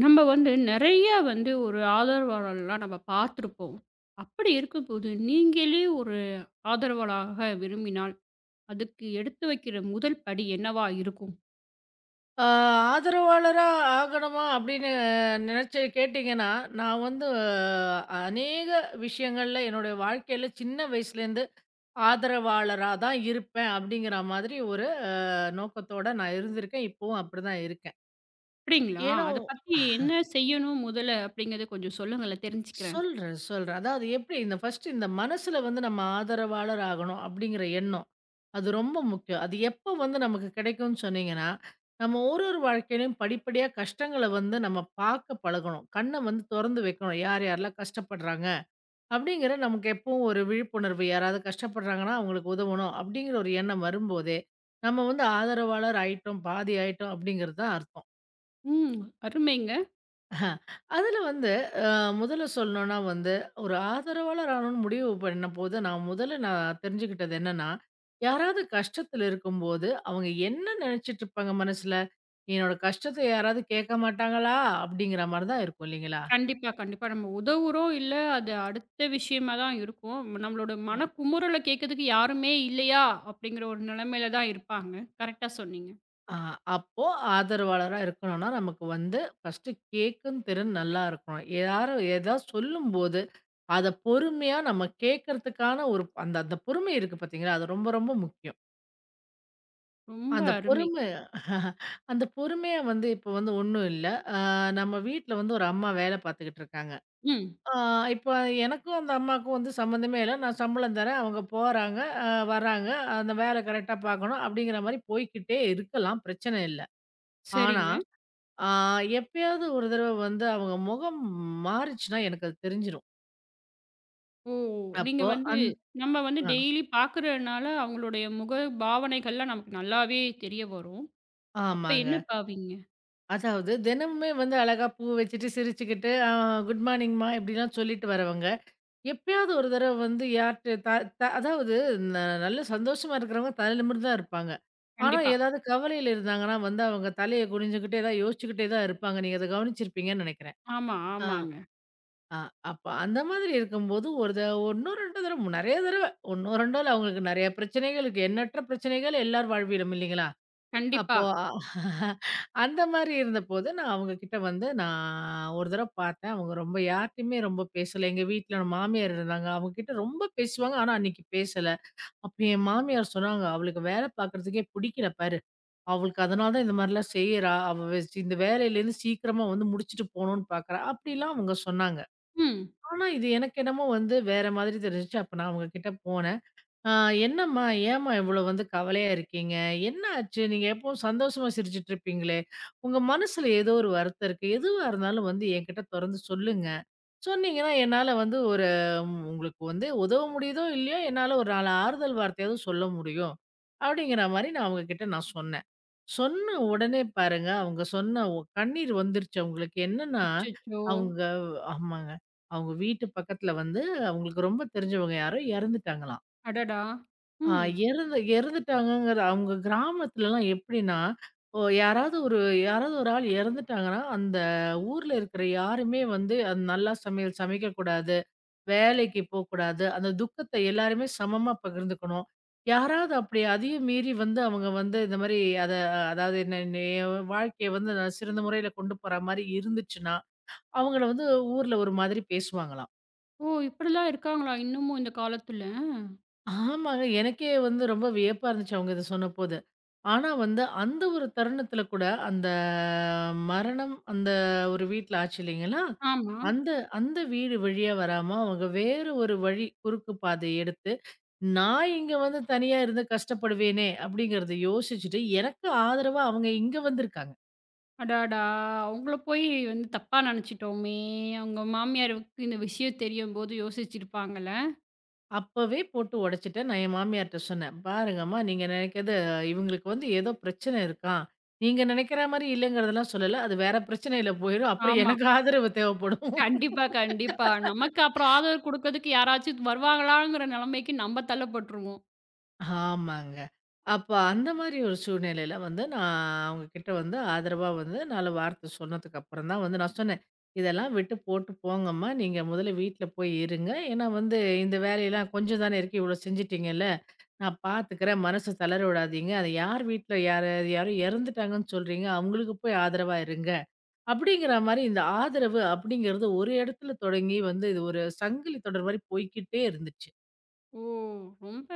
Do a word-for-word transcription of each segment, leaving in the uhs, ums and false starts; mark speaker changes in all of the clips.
Speaker 1: நம்ம வந்து நிறைய வந்து ஒரு ஆதரவாளர்லாம் நம்ம பார்த்துருப்போம். அப்படி இருக்கும்போது, நீங்களே ஒரு ஆதரவாளராக விரும்பினால், அதுக்கு எடுத்து வைக்கிற முதல் படி என்னவா இருக்கும்?
Speaker 2: ஆ ஆதரவாளரா ஆகணுமா அப்படின்னு நினைச்சு கேட்டீங்கன்னா, நான் வந்து ஆஹ் அநேக விஷயங்கள்ல என்னுடைய வாழ்க்கையில சின்ன வயசுலேருந்து ஆதரவாளரா தான் இருப்பேன் அப்படிங்கிற மாதிரி ஒரு அ நோக்கத்தோட நான் இருந்திருக்கேன். இப்பவும் அப்படிதான் இருக்கேன்.
Speaker 1: அப்படிங்களா?
Speaker 2: ஏன்னா
Speaker 1: அத பத்தி என்ன செய்யணும் முதல்ல அப்படிங்கிறத கொஞ்சம் சொல்லுங்களேன் தெரிஞ்சுக்கிறேன்.
Speaker 2: சொல்றேன், சொல்றேன். அதாவது எப்படி இந்த ஃபர்ஸ்ட்டு இந்த மனசுல வந்து நம்ம ஆதரவாளர் ஆகணும் அப்படிங்கிற எண்ணம். அது ரொம்ப முக்கியம். அது எப்போ வந்து நமக்கு கிடைக்கும்னு சொன்னீங்கன்னா, நம்ம ஒரு ஒரு வாழ்க்கையிலயும் படிப்படியா கஷ்டங்கள வந்து நம்ம பார்க்க பழகணும். கண்ண வந்து தொறந்து வைக்கணும். யார் யாரெல்லாம் கஷ்டப்படுறாங்க அப்படிங்கிற நமக்கு எப்பவும் ஒரு விழிப்புணர்வு. யாராவது கஷ்டப்படுறாங்கன்னா அவங்களுக்கு உதவணும் அப்படிங்கிற ஒரு எண்ணம் வரும்போதே, நம்ம வந்து ஆதரவாளர் ஆயிட்டோம், பாதி ஆயிட்டோம் அப்படிங்கிறது தான் அர்த்தம்.
Speaker 1: ம். அருமைங்க.
Speaker 2: அஹ, அதுல வந்து அ முதல்ல சொல்லணும்னா வந்து, ஒரு ஆதரவாளர் ஆகணும்னு முடிவு பண்ணம்போது, நான் முதல்ல நான் தெரிஞ்சுக்கிட்டது என்னன்னா, யாராவது கஷ்டத்துல இருக்கும்போது, அவங்க என்ன நெனச்சுட்டு இருப்பாங்க மனசுல? என்னோட கஷ்டத்த யாராவது கேட்க மாட்டாங்களா? அப்படிங்கிற மாரி தான் இருக்கும் இல்லைங்களா?
Speaker 1: கண்டிப்பா, கண்டிப்பா. நம்ம உதவுறோம், இல்ல அது அடுத்த விஷயமா தான் இருக்கும். நம்மளோட
Speaker 2: ம்.
Speaker 1: மனக்குமுறல கேட்கறதுக்கு யாருமே இல்லையா? அப்படிங்கிற ஒரு நிலைமையில தான் இருப்பாங்க. கரெக்ட்டா சொன்னீங்க.
Speaker 2: அ அப்போ ஆதரவாளரா இருக்கணும்னா, நமக்கு வந்து ஃபர்ஸ்ட்டு கேட்கும் திறன் நல்லா இருக்கணும். யாரும் ஏதாவது சொல்லும்போது, அத பொறுமையா நம்ம கேட்கறதுக்கான ஒரு அந்த அந்த பொறுமை இருக்கு பாத்தீங்களா? அது ரொம்ப ரொம்ப முக்கியம்.
Speaker 1: ரொம்ப
Speaker 2: அந்த
Speaker 1: அருமை.
Speaker 2: பொறுமை அந்த பொறுமையா வந்து இப்போ வந்து ஒண்ணும் இல்ல. அ நம்ம வீட்ல வந்து ஒரு அம்மா வேலை பார்த்துக்கிட்டு இருக்காங்க.
Speaker 1: ம்.
Speaker 2: ஆ இப்போ எனக்கும் அந்த அம்மாவுக்கும் வந்து சம்மந்தமே இல்ல. நான் சம்பளம் தரேன். அவங்க போறாங்க, அ வர்றாங்க. அந்த வேலை கரெக்ட்டா பார்க்கணும் அப்படிங்கிற மாரி போய்க்கிட்டே இருக்கலாம். பிரச்சனை இல்ல. ஆனா,
Speaker 1: சரிங்க.
Speaker 2: ஆ எப்பயாவது ஒரு தடவ வந்து அவங்க முகம் மாறிச்சுன்னா எனக்கு அது தெரிஞ்சிரும்.
Speaker 1: ஓ! நீங்க
Speaker 2: அப்போ
Speaker 1: வந்து
Speaker 2: அந்
Speaker 1: நம்ம வந்து
Speaker 2: அ
Speaker 1: டெய்லி பார்க்குறனால, அவங்களுடைய முக பாவனைகள்லாம் நமக்கு நல்லாவே தெரிய வரும். அப்ப என்ன
Speaker 2: ஆமாங்க.
Speaker 1: பாவிங்க?
Speaker 2: அதாவது தினமுமே வந்து அழகா பூ வச்சுட்டு, சிரிச்சுக்கிட்டு, அ குட் மார்னிங்மா இப்படிலாம் சொல்லிட்டு வரவங்க. எப்பயாவது ஒரு தடவ வந்து யார்ட்ட த த அதாவது ந நல்ல சந்தோஷமா இருக்கிறவங்க தலை நிமிர்ந்து தான் இருப்பாங்க. ஆனா,
Speaker 1: கண்டிப்பா.
Speaker 2: ஏதாவது கவலையில இருந்தாங்கன்னா வந்து அவங்க தலைய குனிஞ்சுகிட்டு ஏதாவது யோசிச்சுக்கிட்டே தான் இருப்பாங்க. நீங்க அத கவனிச்சிருப்பீங்கன்னு நெனைக்கிறேன்.
Speaker 1: ஆமா,
Speaker 2: ஆ,
Speaker 1: ஆமாங்க.
Speaker 2: ஆ அப்ப அந்த மாதிரி இருக்கும்போது ஒரு த ஒன்னு ரெண்டு தடவ, நெறைய தடவ ஒன்னு ரெண்டு இல்ல அவங்களுக்கு நெறைய பிரச்சனைகள் இருக்கு. எண்ணற்ற பிரச்சனைகள் எல்லார் வாழ்விலும் இல்லைங்களா?
Speaker 1: கண்டிப்பா.
Speaker 2: அப்போ அந்த மாரி இருந்தபோது, நான் அவங்ககிட்ட வந்து நான் ஒரு தடவ பார்த்தேன். அவங்க ரொம்ப யார்ட்டயுமே ரொம்ப பேசல. எங்க வீட்ல நம்ம மாமியார் இருந்தாங்க. அவங்ககிட்ட ரொம்ப பேசுவாங்க. ஆனா அன்னைக்கு பேசல. அப்ப என் மாமியார் சொன்னாங்க, "அவளுக்கு வேல பார்க்குறதுக்கே புடிக்கல பாரு. அவளுக்கு அதனால தான் இந்த மாரிலாம் செய்றா. அவ வெ இந்த வேலையிலேருந்து சீக்கிரமா வந்து முடிச்சுட்டு போணும்னு பார்க்குறா." அப்படிலாம் அவங்க சொன்னாங்க.
Speaker 1: ம்.
Speaker 2: ஆனா இது எனக்கு என்னமோ வந்து வேற மாதிரி தெரிஞ்சுச்சு. அப்ப நான் அவங்க கிட்ட போனேன். ஆ, என்னம்மா? ஏம்மா இவ்வளோ வந்து கவலையா இருக்கீங்க? என்ன ஆச்சு? நீங்க எப்பவும் சந்தோஷமா சிரிச்சுட்டு இருப்பீங்களே! உங்க மனசுல ஏதோ ஒரு வருத்தம் இருக்கு. எதுவா இருந்தாலும் வந்து என்கிட்ட தொறந்து சொல்லுங்க. சொன்னீங்கன்னா, என்னால வந்து ஒரு ம் உங்களுக்கு வந்து உதவ முடியுதோ! இல்லையோ! என்னால ஒரு நாலு ஆறுதல் வார்த்தையாவது சொல்ல முடியும். அப்பிடிங்கிற மாரி நான் அவுங்ககிட்ட நான் சொன்னேன். சொன்ன உடனே பாருங்க, அவுங்க சொன்ன ஒ கண்ணீர் வந்துருச்சு அவுங்களுக்கு. என்னன்னா,
Speaker 1: அச்சச்சோ!
Speaker 2: அவுங்க ஆமாங்க. அவுங்க வீட்டு பக்கத்தில வந்து அவுங்களுக்கு ரொம்ப தெரிஞ்சவங்க யாரோ இறந்துட்டாங்களாம்.
Speaker 1: அடடா!
Speaker 2: ஆ
Speaker 1: ம்.
Speaker 2: இறந்து இறந்துட்டாங்கங்கிற அவங்க கிராமத்துலலாம் எப்படின்னா, ஓ யாராவது ஒரு யாராவது ஒரு ஆள் இறந்துட்டாங்கன்னா, அந்த ஊர்ல இருக்கிற யாருமே வந்து அது நல்லா சமையல் சமைக்கக்கூடாது, வேலைக்கு போக்கூடாது. அந்த துக்கத்த எல்லாருமே சமமா பகிர்ந்துக்கணும். யாராவது அப்படி அதையும் மீறி வந்து அவங்க வந்து இந்த மாரி அத அதாவது என்ன என்ன என் வாழ்க்கைய வந்து நான் சிறந்த முறையில கொண்டு போற மாரி இருந்துச்சுன்னா, அவங்கள வந்து ஊர்ல ஒரு மாதிரி பேசுவாங்களாம்.
Speaker 1: ஓ! இப்படிலாம் இருக்காங்களா இன்னமும் இந்த காலத்துல?
Speaker 2: ஆமாங்க. எனக்கே வந்து ரொம்ப வியப்பா இருந்துச்சு அவங்க இத சொன்னபோது. ஆனா வந்து, அந்த ஒரு தருணத்தில கூட அந்த மரணம் அந்த ஒரு வீட்ல ஆச்சு இல்லைங்களா?
Speaker 1: ஆமா.
Speaker 2: அந்த அந்த வீடு வழியா வராம அவங்க வேறு ஒரு வழி குறுக்கு பாதை எடுத்து, நான் இங்க வந்து தனியா இருந்து கஷ்டப்படுவேனே! அப்படிங்கிறத யோசிச்சுட்டு, எனக்கு ஆதரவா அவங்க இங்க வந்திருக்காங்க.
Speaker 1: அடடா! அவங்கள போய் வந்து தப்பா நெனச்சுட்டோமே! அவங்க மாமியாருக்கு இந்த விஷயம் தெரியும்போது யோசிச்சிருப்பாங்கல்ல.
Speaker 2: அப்பவே போட்டு உடைச்சுட்டேன். நான் என் மாமியார்ட்ட சொன்னேன். "பாருங்கம்மா, நீங்க நினைக்கிறது இவங்களுக்கு வந்து ஏதோ பிரச்சனை இருக்காம். நீங்க நினைக்கிற மாரி இல்லைங்கிறதெல்லாம் சொல்லல. அது வேற பிரச்சனையில போயிரும். அப்புறம்
Speaker 1: ஆமா.
Speaker 2: எனக்கு ஆதரவு தேவைப்படும்."
Speaker 1: கண்டிப்பா, கண்டிப்பா. நமக்கு அப்புறம் ஆதரவு குடுக்கறதுக்கு யாராச்சும் வருவாங்களாங்கிற நெலைமைக்கு நம்ம தள்ளப்பட்டுருவோம்.
Speaker 2: ஆமாங்க. அப்ப அந்த மாரி ஒரு சூழ்நிலையில வந்து நான் அவங்க கிட்ட வந்து ஆதரவா வந்து நான்கு வார்த்தை சொன்னதுக்கு அப்புறம் தான் வந்து நான் சொன்னேன். "இதெல்லாம் விட்டு போட்டு போங்கம்மா. நீங்க முதல்ல வீட்ல போய் இருங்க. ஏன்னா வந்து இந்த வேலையெல்லாம் கொஞ்சம் தானே இருக்கு. இவ்வளோ செஞ்சுட்டீங்கல்ல. நான் பார்த்துக்கிறேன். மனச தளர விடாதீங்க. அது யார் வீட்ல யாரு யாரோ இறந்துட்டாங்கன்னு சொல்றீங்க. அவங்களுக்கு போய் ஆதரவா இருங்க." அப்படிங்கிற மாரி இந்த ஆதரவு அப்படிங்கிறது ஒரு இடத்துல தொடங்கி வந்து இது ஒரு சங்கிலி தொடர் மாரி போய்க்கிட்டே இருந்துச்சு.
Speaker 1: ஓ! ரொம்ப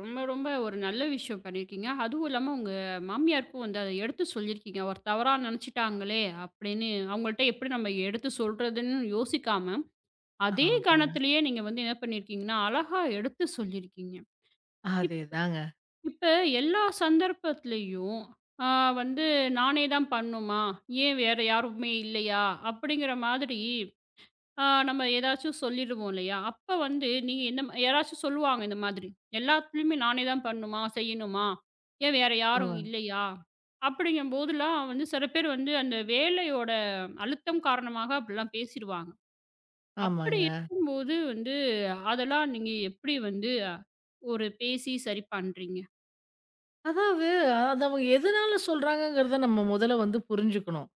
Speaker 1: ரொம்ப ரொம்ப ஒரு நல்ல விஷயம் பண்ணியிருக்கீங்க. அதுவும் இல்லாம உங்க மாமியாருக்கும் வந்து அத எடுத்து சொல்லியிருக்கீங்க. ஒரு தவறா நெனச்சுட்டாங்களே அப்படின்னு அவங்கள்ட்ட எப்படி நம்ம எடுத்து சொல்றதுன்னு யோசிக்காம, அதே
Speaker 2: ஆமாங்க.
Speaker 1: கணத்திலேயே நீங்க வந்து என்ன பண்ணியிருக்கீங்கன்னா, அழகா எடுத்து சொல்லியிருக்கீங்க. இப்
Speaker 2: அதேதாங்க.
Speaker 1: இப்ப எல்லா சந்தர்ப்பத்திலயும் ஆ வந்து நானே தான் பண்ணணுமா? ஏன் வேற யாருமே இல்லையா? அப்படிங்கிற மாதிரி ஆ நம்ம ஏதாச்சும் சொல்லிடுவோம் இல்லையா? அப்ப வந்து நீங்க என்ன மா யாராச்சும் சொல்லுவாங்க இந்த மாதிரி. எல்லாத்துலயுமே நானே தான் பண்ணணுமா? செய்யணுமா? ஏன் வேற யாரும்
Speaker 2: ஆமாங்க.
Speaker 1: இல்லையா? அப்படிங்கும்போதெல்லாம் வந்து சில பேர் வந்து அந்த வேலையோட அழுத்தம் காரணமாக அப்படிலாம் பேசிருவாங்க. அப்படி
Speaker 2: ஆமாங்க.
Speaker 1: இருக்கும்போது வந்து அதெல்லாம் நீங்க எப்படி வந்து ஒரு பேசி சரி பண்றீங்க?
Speaker 2: அதாவது, அது அவங்க எதனால சொல்றாங்கங்கிறத நம்ம முதல்ல வந்து புரிஞ்சுக்கணும்.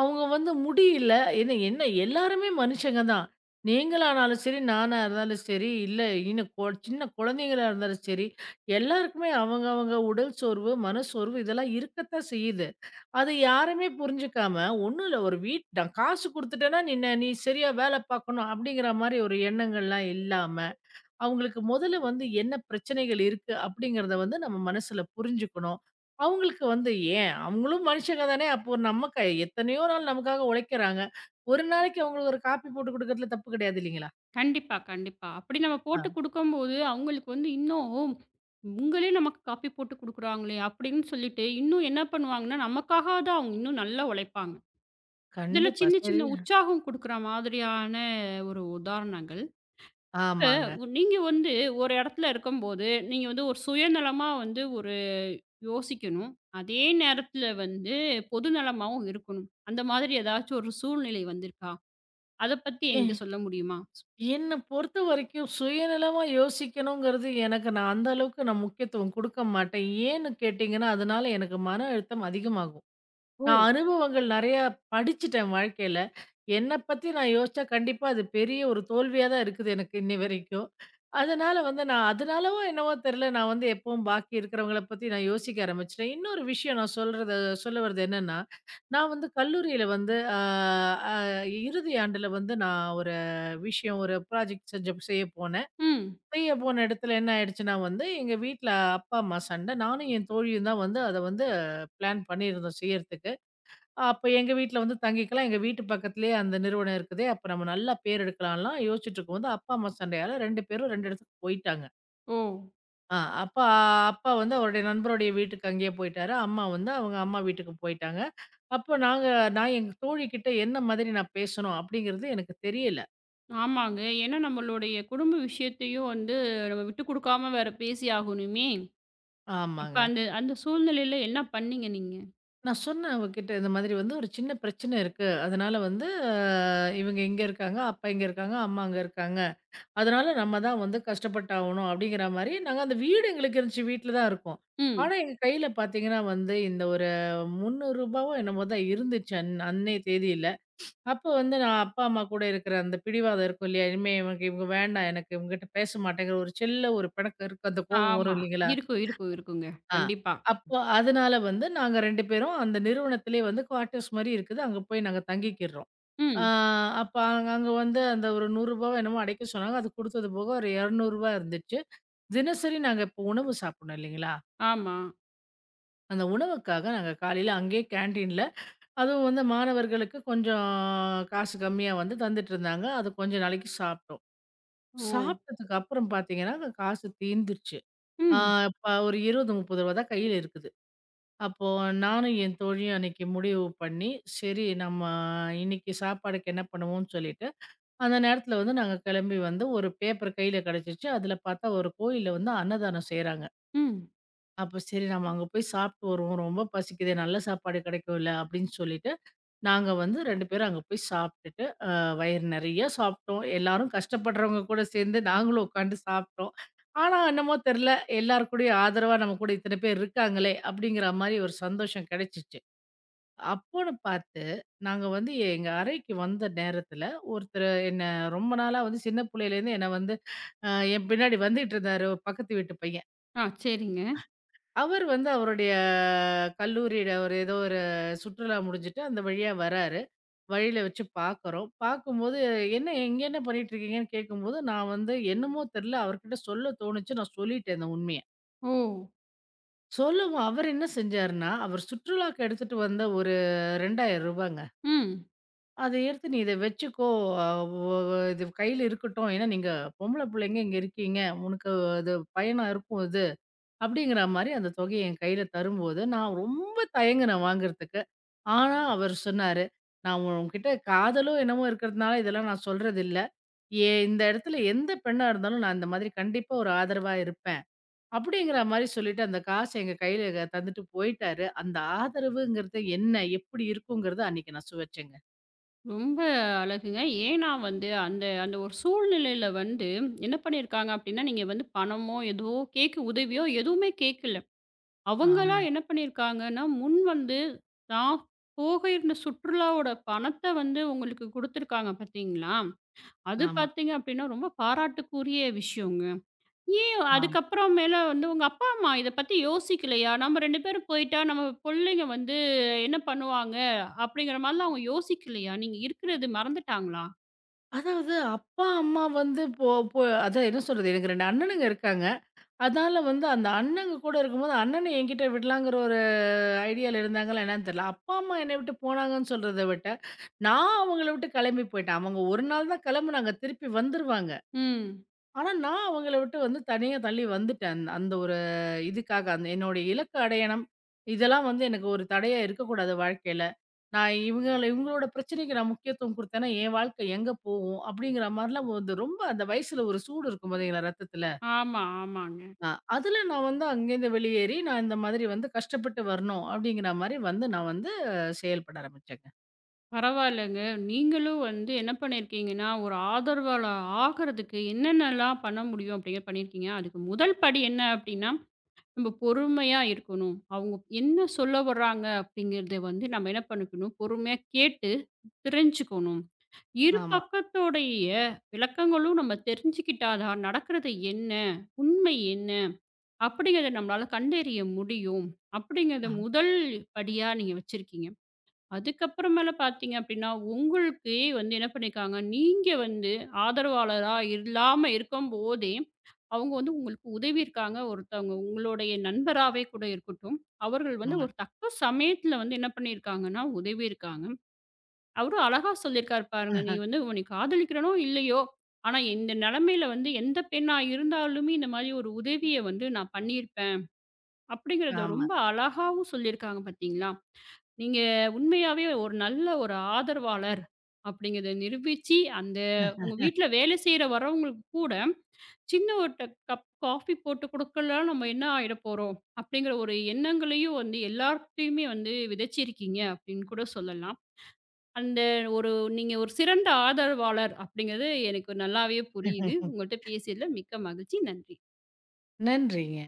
Speaker 2: அவங்க வந்து முடியல என்ன என்ன எல்லாருமே மனுஷங்க தான். நீங்களானாலும் சரி, நானா இருந்தாலும் சரி, இல்ல இன்னும் கொ சின்ன குழந்தைங்களா இருந்தாலும் சரி, எல்லாருக்குமே அவங்க அவங்க உடல் சோர்வு, மனச்சோர்வு இதெல்லாம் இருக்கத்தான் செய்யுது. அது யாருமே புரிஞ்சுக்காம, ஒண்ணும் இல்ல ஒரு வீட் நான் காசு குடுத்துட்டேன்னா, நீ ந நீ சரியா வேல பார்க்கணும் அப்படிங்கிற மாரி ஒரு எண்ணங்கள்லாம் இல்லாம, அவங்களுக்கு முதல்ல வந்து என்ன பிரச்சனைகள் இருக்கு அப்படிங்கிறத வந்து நம்ம மனசுல புரிஞ்சுக்கணும். அவங்களுக்கு வந்து ஏன் அவங்களும் மனுஷங்க தானே! அப்போ நம்ம க எத்தனையோ நாள் நமக்காக உழைக்கிறாங்க. ஒரு நாளைக்கு அவங்களுக்கு ஒரு காப்பி போட்டு குடுக்கறதுல தப்பு கிடையாது இல்லீங்களா?
Speaker 1: கண்டிப்பா, கண்டிப்பா. அப்படி நம்ம
Speaker 2: ஆ
Speaker 1: போட்டு குடுக்கும்போது, அவங்களுக்கு வந்து இன்னும் "இவங்களே நமக்கு காப்பி போட்டு குடுக்குறாங்களே!" அப்படின்னு சொல்லிட்டு, இன்னும் என்ன பண்ணுவாங்கன்னா, நமக்காக தான் அவங்க இன்னும் நல்லா உழைப்பாங்க. இதெல்லாம்
Speaker 2: கண்டிப்பா.
Speaker 1: சின்ன
Speaker 2: சரி.
Speaker 1: சின்ன உற்சாகம் குடுக்குற மாதிரியான ஒரு உதாரணங்கள். இப்ப
Speaker 2: ஆமாங்க.
Speaker 1: உ- நீங்க வந்து ஒரு இடத்துல இருக்கும்போது, நீங்க வந்து ஒரு சுயநலமா வந்து ஒரு யோசிக்கணும். அதே நேரத்துல வந்து பொது நலமாவும் இருக்கணும். அந்த மாதிரி ஏதாச்சும் ஒரு சூழ்நிலை வந்திருக்கா? அத பத்தி
Speaker 2: ஏன்
Speaker 1: என்கிட்ட சொல்ல முடியுமா?
Speaker 2: என்ன பொறுத்தவரைக்கும் சுயநலமா யோசிக்கணுங்கிறது எனக்கு நான் அந்த அளவுக்கு நான் முக்கியத்துவம் குடுக்க மாட்டேன். ஏன்னு கேட்டீங்கன்னா, அதனால எனக்கு மன அழுத்தம் அதிகமாகும்.
Speaker 1: ஓ!
Speaker 2: நான் அனுபவங்கள் நெறையா படிச்சுட்டேன் வாழ்க்கையில. என்ன பத்தி நான் யோசிச்சா கண்டிப்பா அது பெரிய ஒரு தோல்வியா தான் இருக்குது எனக்கு இன்னி வரைக்கும். அதனால வந்து நான் அதனாலவோ என்னவோ தெரியல, நான் வந்து எப்பவும் பாக்கி இருக்கிறவங்கள பத்தி நான் யோசிக்க ஆரம்பிச்சுட்டேன். இன்னொரு விஷயம் நான் சொல்றது சொல்ல வர்றது என்னன்னா, நான் வந்து கல்லூரியில வந்து அ அ இறுதி ஆண்டுல வந்து நான் ஒரு விஷயம் ஒரு ப்ராஜெக்ட் செஞ்ச செய்ய போனேன்.
Speaker 1: ம்.
Speaker 2: செய்ய போன இடத்துல என்ன ஆயிடுச்சுன்னா வந்து, எங்க வீட்ல அப்பா, அம்மா சண்ட. நானும் என் தோழியும் தான் வந்து அத வந்து பிளான் பண்ணியிருந்தோம் செய்யறதுக்கு. அப்ப எங்க வீட்ல வந்து தங்கிக்கலாம். எங்க வீட்டு பக்கத்திலேயே அந்த நிறுவனம் இருக்குதே. அப்ப நம்ம நல்லா பேர் எடுக்கலாம்லாம் யோசிச்சுட்டு இருக்கும்போது, அப்பா, அம்மா சண்டையால ரெண்டு பேரும் ரெண்டு இடத்துக்கு போயிட்டாங்க.
Speaker 1: ஓ!
Speaker 2: ஆ அப்ப அப்பா வந்து அவருடைய நண்பருடைய வீட்டுக்கு அங்கேயே போயிட்டாரு. அம்மா வந்து அவங்க அம்மா வீட்டுக்கு போயிட்டாங்க. அப்ப நாங்க நான் எங்க தோழிகிட்ட என்ன மாதிரி நான் பேசணும் அப்படிங்கிறது எனக்கு தெரியல.
Speaker 1: ஆமாங்க. ஏன்னா நம்மளுடைய குடும்ப விஷயத்தையும் வந்து நம்ம விட்டு குடுக்காம வேற பேசி ஆகணுமே! அப்ப
Speaker 2: ஆமாங்க.
Speaker 1: அந்த அந்த சூழ்நிலையில என்ன பண்ணீங்க நீங்க?
Speaker 2: நான் சொன்னேன் அவகிட்ட இந்த மாதிரி வந்து ஒரு சின்ன பிரச்சனை இருக்கு. அதனால வந்து அ இவங்க இங்க இருக்காங்க, அப்பா இங்க இருக்காங்க, அம்மா அங்க இருக்காங்க. அதனால நம்ம தான் வந்து கஷ்டப்பட்டாகணும் அப்படிங்கிற மாரி, நாங்க அந்த வீடு எங்களுக்கு இருந்துச்சு. வீட்ல தான் இருக்கோம்.
Speaker 1: ம்.
Speaker 2: ஆனா, எங்க கையில பார்த்தீங்கன்னா வந்து, இந்த ஒரு ரூ. முந்நூறோ என்னமோ தான் இருந்துச்சு அன் அன்னைய தேதியில. அப்ப வந்து நான் அப்பா, அம்மா கூட இருக்கிற அந்த பிடிவாதம் இருக்கும் இல்லையா? இனிமே இவங்க இவங்க வேண்டாம் எனக்கு இவங்ககிட்ட பேச மாட்டேங்கிற ஒரு செல்ல ஒரு பிணக்கம் இருக்கு. அந்த கோபம்
Speaker 1: ஆமா.
Speaker 2: வரும் இல்லைங்களா?
Speaker 1: இருக்கும், இருக்கும், இருக்குங்க.
Speaker 2: ஆ.
Speaker 1: கண்டிப்பா.
Speaker 2: அப்போ அதனால வந்து நாங்க ரெண்டு பேரும் அந்த நிறுவனத்திலேயே வந்து குவார்ட்டர்ஸ் மாரி இருக்குது. அங்க போய் நாங்க தங்கிக்கிறோம். ஆ
Speaker 1: ம்.
Speaker 2: அப்ப அங்க அங்க வந்து அந்த ஒரு ரூ. நூறு என்னமோ அடைக்க சொன்னாங்க. அது குடுத்தது போக ஒரு ரூ. இருநூறு இருந்துச்சு. தினசரி நாங்க இப்போ உணவு சாப்பிடணும் இல்லைங்களா?
Speaker 1: ஆமா.
Speaker 2: அந்த உணவுக்காக நாங்க காலையில அங்கேயே கேன்டீன்ல அதுவும் வந்து மாணவர்களுக்கு கொஞ்சம் காசு கம்மியா வந்து தந்துட்டு இருந்தாங்க. அது கொஞ்ச நாளைக்கு சாப்பிட்டோம்.
Speaker 1: ஓ!
Speaker 2: சாப்பிட்டதுக்கு அப்புறம் பார்த்தீங்கன்னா, அங்க காசு தீர்ந்துருச்சு. ஆ
Speaker 1: ம்,
Speaker 2: இப்ப ஒரு ரூ. இருபது, ரூ. முப்பது தான் கையில இருக்குது. அப்போ நானும் என் தோழியும் அன்னைக்கு முடிவு பண்ணி, சரி நம்ம இன்னைக்கு சாப்பாடுக்கு என்ன பண்ணுவோம்னு சொல்லிட்டு அந்த நேரத்துல வந்து நாங்க கிளம்பி வந்து ஒரு பேப்பர் கையில கிடைச்சிச்சு. அதுல பார்த்தா ஒரு கோயில்ல வந்து அன்னதானம் செய்றாங்க.
Speaker 1: ம்.
Speaker 2: அப்ப சரி நம்ம அங்க போய் சாப்பிட்டு வருவோம். ரொம்ப பசிக்குதே நல்ல சாப்பாடு கிடைக்கும்ல அப்படின்னு சொல்லிட்டு, நாங்க வந்து ரெண்டு பேரும் அங்க போய் சாப்பிட்டுட்டு, அ வயிறு நெறைய சாப்பிட்டோம். எல்லாரும் கஷ்டப்படுறவங்க கூட சேர்ந்து நாங்களும் உட்காந்து சாப்பிட்டோம். ஆனா என்னமோ தெரியல எல்லார் கூடயும் ஆதரவா நம்ம கூட இத்தனை பேர் இருக்காங்களே அப்படிங்கிற மாரி ஒரு சந்தோஷம் கிடைச்சிச்சு. அப்போன்னு பார்த்து, நாங்க வந்து எங்க அறைக்கு வந்த நேரத்தில, ஒருத்தர் என்ன ரொம்ப நாளா வந்து சின்ன புள்ளையிலேருந்து என்ன வந்து அ என் பின்னாடி வந்துட்டு இருந்தாரு ஒரு பக்கத்து வீட்டு பையன்.
Speaker 1: ஆ சரிங்க.
Speaker 2: அவர் வந்து அவருடைய கல்லூரியில ஒரு ஏதோ ஒரு சுற்றுலா முடிஞ்சுட்டு அந்த வழியா வராரு. வழியில வச்சு பார்க்குறோம். பார்க்கும்போது "என்ன இங்க என்ன பண்ணிட்டு இருக்கீங்கன்னு?" கேட்கும்போது, நான் வந்து என்னமோ தெரியல அவர்கிட்ட சொல்ல தோணுச்சு. நான் சொல்லிட்டேன் இந்த உண்மைய.
Speaker 1: ஓ!
Speaker 2: சொல்லவும் அவர் என்ன செஞ்சாருன்னா, அவர் சுற்றுலாக்கு எடுத்துட்டு வந்த ஒரு ரூ. இரண்டாயிரமுங்க
Speaker 1: ம்.
Speaker 2: அத எடுத்து "நீ இத வச்சுக்கோ. அ ஒ ஒ- இது கையில இருக்கட்டும். ஏன்னா, நீங்க பொம்பள பிள்ளைங்க இங்க இருக்கீங்க. உனக்கு அது பயனா இருக்கும் இது." அப்படிங்கிற மாரி அந்த தொகைய என் கையில தரும்போது, நான் ரொம்ப தயங்குனேன் வாங்குறதுக்கு. ஆனா, அவர் சொன்னாரு, "நான் உன்கிட்ட காதலோ என்னமோ இருக்கிறதுனால இதெல்லாம் நான் சொல்றதில்ல. எ இந்த இடத்துல எந்த பெண்ணா இருந்தாலும் நான் இந்த மாதிரி கண்டிப்பா ஒரு ஆதரவா இருப்பேன்." அப்படிங்கிற மாரி சொல்லிட்டு அந்த காச எங்க கையில க தந்துட்டு போயிட்டாரு. அந்த ஆதரவுங்கிறது என்ன? எப்படி இருக்குங்கிறத அன்னைக்கு நான் சுவைச்சேங்க.
Speaker 1: ரொம்ப அழகுங்க. ஏன்னா வந்து அந்த அந்த ஒரு சூழ்நிலையில வந்து என்ன பண்ணியிருக்காங்க அப்டின்னா, நீங்க வந்து பணமோ, ஏதோ கேக்கு உதவியோ எதுவுமே கேட்கல. அவங்களா
Speaker 2: ஆமாங்க.
Speaker 1: என்ன பண்ணியிருக்காங்கன்னா, முன் வந்து நான் போக இருந்த சுற்றுலாவோட பணத்த வந்து உங்களுக்கு குடுத்துருக்காங்க பார்த்தீங்களா? அது
Speaker 2: ஆமா.
Speaker 1: பார்த்தீங்க அப்டின்னா, ரொம்ப பாராட்டுக்குரிய விஷயங்க. ஏன்
Speaker 2: ஆமா.
Speaker 1: அதுக்கப்புறம் மேல வந்து உங்க அப்பா, அம்மா இத பத்தி யோசிக்கலையா? நம்ம ரெண்டு பேரும் போயிட்டா நம்ம புள்ளைங்க வந்து என்ன பண்ணுவாங்க? அப்படிங்கிற மாரிலாம் அவங்க யோசிக்கலையா? நீங்க இருக்கிறது மறந்துட்டாங்களா?
Speaker 2: அதாவது அப்பா, அம்மா வந்து போ போ அதான் என்ன சொல்றது, எனக்கு ரெண்டு அண்ணனுங்க இருக்காங்க. அதனால வந்து அந்த அண்ணங்க கூட இருக்கும்போது, அண்ணன என்கிட்ட விடலாங்கிற ஒரு ஐடியால இருந்தாங்களா என்னன்னு தெரியல. அப்பா, அம்மா என்னை விட்டு போனாங்கன்னு சொல்றத விட்ட, நான் அவங்கள விட்டு கிளம்பி போயிட்டேன். அவங்க ஒரு நாள் தான் கிளம்புனாங்க, திருப்பி வந்துருவாங்க.
Speaker 1: ம்.
Speaker 2: ஆனா, நான் அவங்கள விட்டு வந்து தனியா தள்ளி வந்துட்டேன். அந் அந்த ஒரு இதுக்காக, அந்த என்னுடைய இலக்கு அடையணும். இதெல்லாம் வந்து எனக்கு ஒரு தடையா இருக்கக்கூடாது வாழ்க்கையில. நான் இவங்கள இவங்களோட பிரச்சனைக்கு நான் முக்கியத்துவம் குடுத்தேன்னா, என் வாழ்க்கை எங்க போகும்? அப்படிங்கிற மாரிலாம் வந்து ரொம்ப அந்த வயசுல ஒரு சூடு இருக்கும் பாத்தீங்களா, ரத்தத்துல.
Speaker 1: ஆமா, ஆமாங்க.
Speaker 2: அ அதுல நான் வந்து அங்கேருந்து வெளியேறி, நான் இந்த மாதிரி வந்து கஷ்டப்பட்டு வரணும் அப்படிங்கிற மாரி வந்து நான் வந்து அஹ், செயல்பட ஆரம்பிச்சேங்க.
Speaker 1: பரவாயில்லங்க. நீங்களும் வந்து என்ன பண்ணியிருக்கீங்கன்னா, ஒரு ஆதரவாளர் ஆகுறதுக்கு என்னென்னலாம் பண்ண முடியும் அப்படிங்கிற பண்ணியிருக்கீங்க. அதுக்கு முதல் படி என்ன அப்படின்னா, நம்ம பொறுமையா இருக்கணும். அவங்க என்ன சொல்ல வர்றாங்க அப்படிங்கிறத வந்து நம்ம என்ன பண்ணிக்கணும், பொறுமையா கேட்டு தெரிஞ்சுக்கணும். இரு
Speaker 2: ஆமா.
Speaker 1: பக்கத்தோடைய விளக்கங்களும் நம்ம தெரிஞ்சுக்கிட்டா தான், நடக்கிறது என்ன? உண்மை என்ன? அப்படிங்கிறத நம்மளால கண்டறிய முடியும். அப்படிங்கிறத
Speaker 2: ஆமா.
Speaker 1: முதல் படியா நீங்க வச்சிருக்கீங்க. அதுக்கப்புறமேல பார்த்தீங்க அப்டின்னா, உங்களுக்கு வந்து என்ன பண்ணியிருக்காங்க, நீங்க வந்து ஆதரவாளரா இல்லாம இருக்கும்போதே, அவங்க வந்து உங்களுக்கு உதவி இருக்காங்க. ஒருத்தவங்க உங்களுடைய நண்பராவே கூட இருக்கட்டும். அவர்கள் வந்து
Speaker 2: ஆமா.
Speaker 1: ஒரு தக்க சமயத்தில வந்து என்ன பண்ணியிருக்காங்கன்னா, உதவி இருக்காங்க. அவரும் அழகா சொல்லியிருக்காரு பாருங்க, "நீ வந்து உன்னை காதலிக்கிறனோ இல்லையோ, ஆனா இந்த நிலைமையில வந்து எந்த பெண்ணா இருந்தாலுமே இந்த மாரி ஒரு உதவிய வந்து நான் பண்ணியிருப்பேன்." அப்படிங்கிறத
Speaker 2: ஆமா.
Speaker 1: ரொம்ப அழகாவும் சொல்லியிருக்காங்க பார்த்தீங்களா? நீங்க உண்மையாவே ஒரு நல்ல ஒரு ஆதரவாளர் அப்படிங்கிறத நிரூபிச்சு, அந்த உங்க வீட்ல வேலை செய்ற வரவங்களுக்கு கூட, சின்ன ஒரு ட கப் காஃபி போட்டு குடுக்கலாம் நம்ம என்ன ஆயிட போறோம்? அப்படிங்கிற ஒரு எண்ணங்களையும் வந்து எல்லார்கிட்டயுமே வந்து விதைச்சிருக்கீங்க அப்படின்னு கூட சொல்லலாம். அந்த ஒரு நீங்க ஒரு சிறந்த ஆதரவாளர் அப்படிங்கிறது எனக்கு நல்லாவே புரியுது. உங்கள்ட்ட பேசியதில மிக்க மகிழ்ச்சி. நன்றி.
Speaker 2: நன்றிங்க.